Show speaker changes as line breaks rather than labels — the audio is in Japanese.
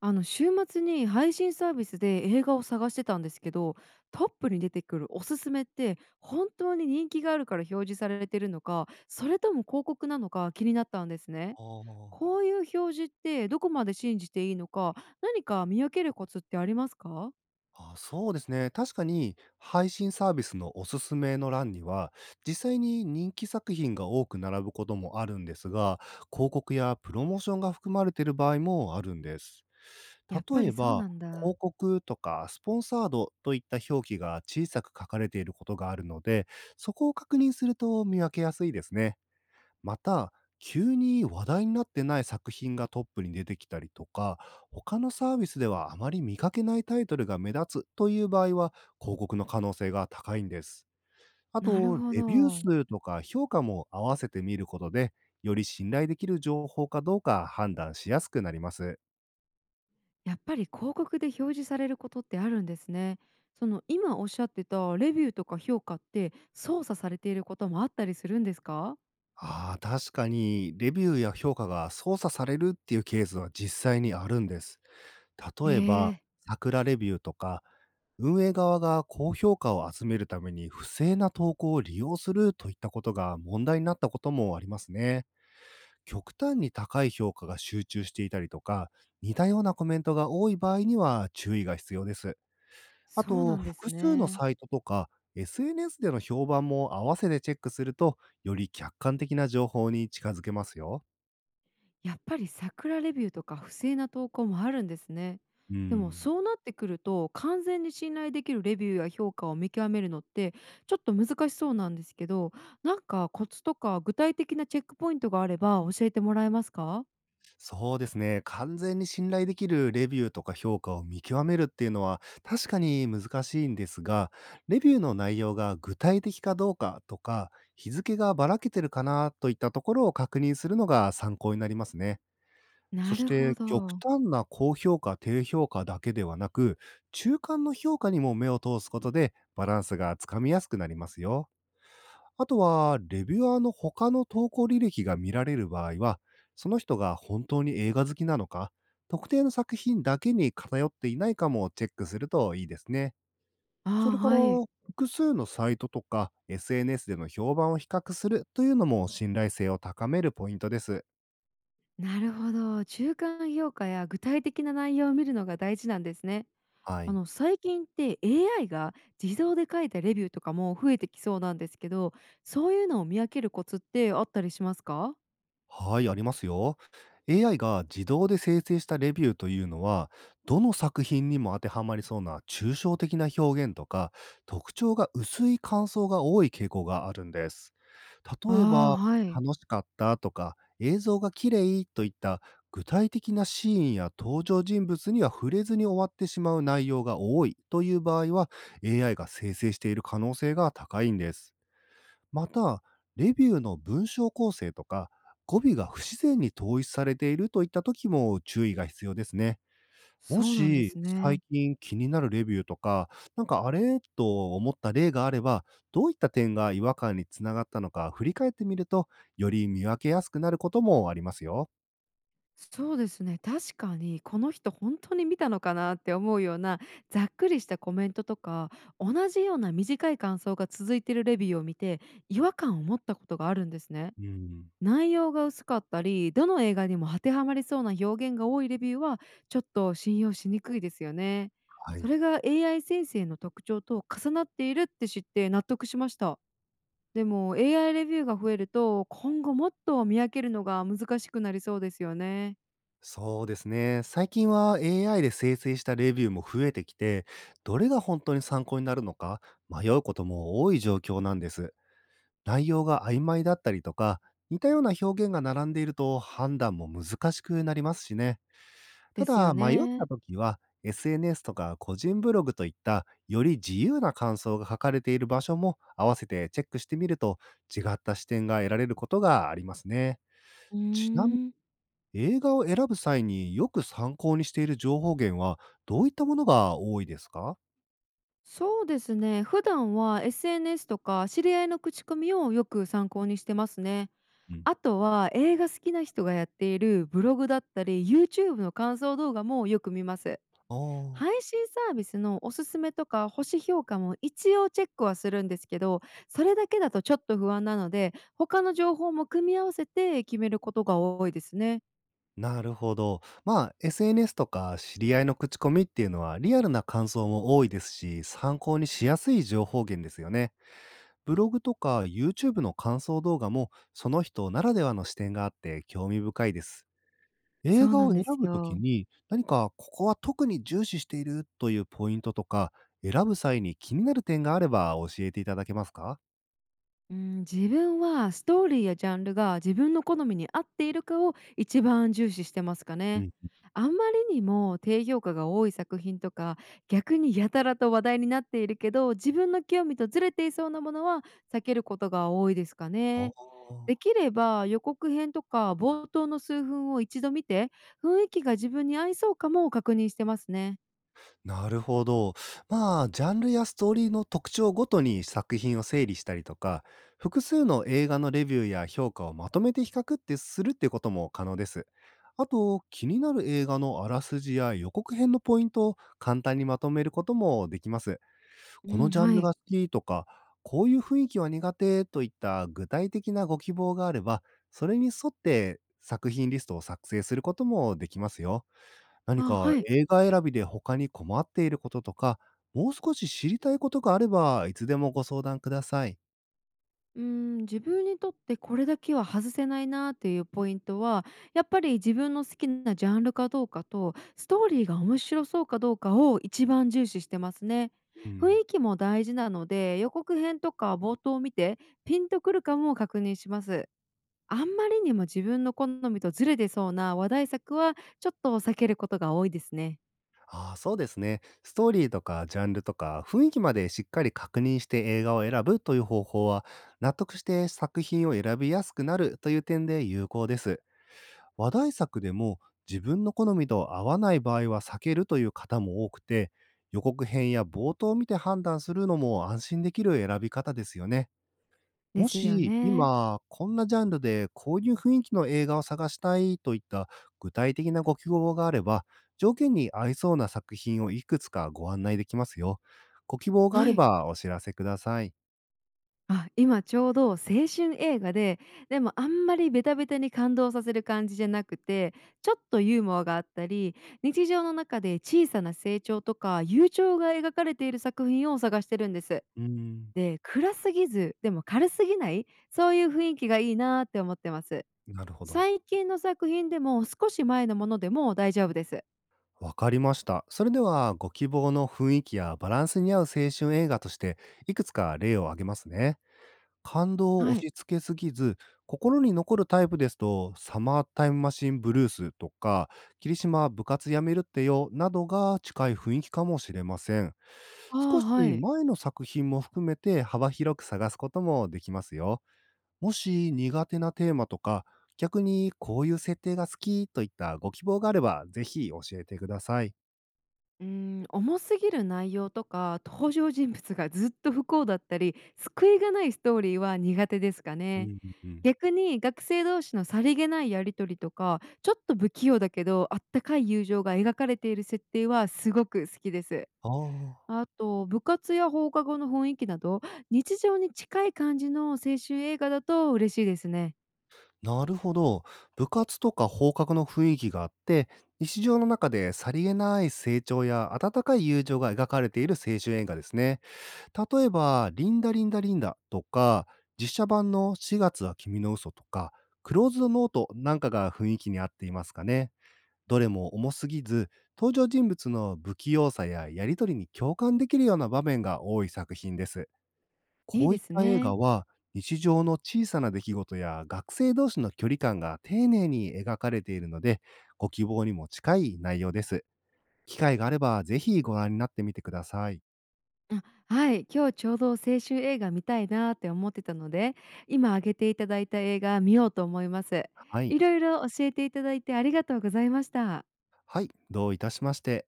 あの週末に配信サービスで映画を探してたんですけど、トップに出てくるおすすめって本当に人気があるから表示されてるのか、それとも広告なのか気になったんですね。
あ
こういう表示ってどこまで信じていいのか、何か見分けるコツってありますか？
あ、あ、そうですね。確かに配信サービスのおすすめの欄には、実際に人気作品が多く並ぶこともあるんですが、広告やプロモーションが含まれている場合もあるんです。
やっぱ
例え
りそう
ば、
なんだ。
広告とかスポンサードといった表記が小さく書かれていることがあるので、そこを確認すると見分けやすいですね。また、急に話題になってない作品がトップに出てきたりとか、他のサービスではあまり見かけないタイトルが目立つという場合は、広告の可能性が高いんです。あ
なる
と、
ほ
レビュー
ど。
数とか評価も合わせて見ることで、より信頼できる情報かどうか判断しやすくなります。
やっぱり広告で表示されることってあるんですね。その今おっしゃってたレビューとか評価って操作されていることもあったりするんですか？
ああ、確かに、レビューや評価が操作されるっていうケースは実際にあるんです。
え
例えば、
え、
桜レビューとか、運営側が高評価を集めるために不正な投稿を利用するといったことが問題になったこともありますね。極端に高い評価が集中していたりとか、似たようなコメントが多い場合には注意が必要です。あ
そう
と、
なんです
複数の
ね。
サイトとか SNS での評判も合わせてチェックすると、より客観的な情報に近づけますよ。
やっぱり桜レビューとか不正な投稿もあるんですね。
う
でも
ん。
そうなってくると、完全に信頼できるレビューや評価を見極めるのってちょっと難しそうなんですけど、なんかコツとか具体的なチェックポイントがあれば教えてもらえますか？
そうですね。完全に信頼できるレビューとか評価を見極めるっていうのは確かに難しいんですが、レビューの内容が具体的かどうかとか、日付がばらけてるかなといったところを確認するのが参考になりますね。そ
な
し
るほ
て、極
ど。
端な高評価、低評価だけではなく、中間の評価にも目を通すことでバランスがつかみやすくなりますよ。あとは、レビュアーの他の投稿履歴が見られる場合は、その人が本当に映画好きなのか、特定の作品だけに偏っていないかもチェックするといいですね。それ
ああ
から、
はい。
複数のサイトとか SNS での評判を比較するというのも信頼性を高めるポイントです。
なるほど。中間評価や具体的な内容を見るのが大事なんですね。
はい。
最近って AI が自動で書いたレビューとかも増えてきそうなんですけど、そういうのを見分けるコツってあったりしますか？
はい、ありますよ。AI が自動で生成したレビューというのは、どの作品にも当てはまりそうな抽象的な表現とか、特徴が薄い感想が多い傾向があるんです。例え
ああ、
ば、
はい。
楽しかったとか、映像が綺麗といった具体的なシーンや登場人物には触れずに終わってしまう内容が多いという場合は、AI が生成している可能性が高いんです。また、レビューの文章構成とか、語尾が不自然に統一されているといった時も注意が必要ですね。も
そうなんで
し、
すね。
最近気になるレビューとか、あれと思った例があれば、どういった点が違和感につながったのか振り返ってみると、より見分けやすくなることもありますよ。
そうですね。確かにこの人本当に見たのかなって思うような、ざっくりしたコメントとか、同じような短い感想が続いてるレビューを見て、違和感を持ったことがあるんですね。
うん。
内容が薄かったり、どの映画にも当てはまりそうな表現が多いレビューは、ちょっと信用しにくいですよね。
はい。
それが AI 生成の特徴と重なっているって知って納得しました。でも AI レビューが増えると、今後もっと見分けるのが難しくなりそうですよね。
そうですね。最近は AI で生成したレビューも増えてきて、どれが本当に参考になるのか迷うことも多い状況なんです。内容が曖昧だったりとか、似たような表現が並んでいると判断も難しくなりますしね。た
ですよ
だ、迷った
ね。
時は、SNS とか個人ブログといったより自由な感想が書かれている場所も合わせてチェックしてみると違った視点が得られることがありますね。
う
ちなみに
ーん。
映画を選ぶ際によく参考にしている情報源はどういったものが多いですか？
そうですね。普段は SNS とか知り合いの口コミをよく参考にしてますね。
うん。
あとは映画好きな人がやっているブログだったり YouTube の感想動画もよく見ます。
ああ
配
ー。
信サービスのおすすめとか星評価も一応チェックはするんですけど、それだけだとちょっと不安なので、他の情報も組み合わせて決めることが多いですね。
なるほど。まあ、SNS とか知り合いの口コミっていうのはリアルな感想も多いですし、参考にしやすい情報源ですよね。ブログとか YouTube の感想動画もその人ならではの視点があって興味深いです。映
そう
画
な
を
ん
選
です
ぶとき
よ。
に何かここは特に重視しているというポイントとか、選ぶ際に気になる点があれば教えていただけますか？
うん、自分はストーリーやジャンルが自分の好みに合っているかを一番重視してますか
う
ね。
ん、
あんまりにも低評価が多い作品とか、逆にやたらと話題になっているけど自分の興味とずれていそうなものは避けることが多いですかね。
ああ
できれば予告編とか冒頭の数分を一度見て、雰囲気が自分に合いそうかも確認してますね。
なるほど。まあ、ジャンルやストーリーの特徴ごとに作品を整理したりとか、複数の映画のレビューや評価をまとめて比較ってするってことも可能です。あと、気になる映画のあらすじや予告編のポイントを簡単にまとめることもできます。
う
この
ん、
ジャン
は
ル
い。
が好きとか、こういう雰囲気は苦手といった具体的なご希望があれば、それに沿って作品リストを作成することもできますよ。何
あ、
か
はい。
映画選びで他に困っていることとか、もう少し知りたいことがあれば、いつでもご相談ください。
うーん、自分にとってこれだけは外せないなっていうポイントは、やっぱり自分の好きなジャンルかどうかと、ストーリーが面白そうかどうかを一番重視してますね。
う
雰
ん。
囲気も大事なので、予告編とか冒頭を見て、ピンとくるかも確認します。あんまりにも自分の好みとずれてそうな話題作は、ちょっと避けることが多いですね。
ああ、そうですね。ストーリーとかジャンルとか雰囲気までしっかり確認して映画を選ぶという方法は、納得して作品を選びやすくなるという点で有効です。話題作でも自分の好みと合わない場合は避けるという方も多くて、予告編や冒頭を見て判断するのも安心できる選び方ですよね。
で
も
すよ
し
ね。
今、こんなジャンルでこういう雰囲気の映画を探したいといった具体的なご希望があれば、条件に合いそうな作品をいくつかご案内できますよ。ご希望があ
は
れ
い。
ばお知らせください。
あ、今ちょうど青春映画で、でもあんまりベタベタに感動させる感じじゃなくて、ちょっとユーモアがあったり、日常の中で小さな成長とか友情が描かれている作品を探してるんです。
うーん。
で、暗すぎず、でも軽すぎない、そういう雰囲気がいいなーって思ってます。
なるほど。
最近の作品でも少し前のものでも大丈夫です。
わかりました。それでは、ご希望の雰囲気やバランスに合う青春映画として、いくつか例を挙げますね。感動を押
はい。
し付けすぎず、心に残るタイプですと、サマータイムマシンブルースとか、霧島部活やめるってよなどが近い雰囲気かもしれません。
ああ、
少
は
し
い。
前の作品も含めて幅広く探すこともできますよ。もし苦手なテーマとか、逆にこういう設定が好きといったご希望があれば、ぜひ教えてください。
うーん、重すぎる内容とか、登場人物がずっと不幸だったり、救いがないストーリーは苦手ですか
うん
ね。
うんうん。
逆に学生同士のさりげないやり取りとか、ちょっと不器用だけど、あったかい友情が描かれている設定はすごく好きです。
ああ。
あと、部活や放課後の雰囲気など、日常に近い感じの青春映画だと嬉しいですね。
なるほど。部活とか放課後の雰囲気があって、日常の中でさりげない成長や温かい友情が描かれている青春映画ですね。例えば、リンダリンダリンダとか、実写版の4月は君の嘘とか、クローズドノートなんかが雰囲気に合っていますかね。どれも重すぎず、登場人物の不器用さややりとりに共感できるような場面が多い作品です。
い
こ
い
うい
で
っ
す
た映
ね。
画は、日常の小さな出来事や学生同士の距離感が丁寧に描かれているので、ご希望にも近い内容です。機会があれば、ぜひご覧になってみてください。
あ、はい、今日ちょうど青春映画見たいなって思ってたので、今挙げていただいた映画見ようと思います。
はい。
いろいろ教えていただいてありがとうございました。
はい、どういたしまして。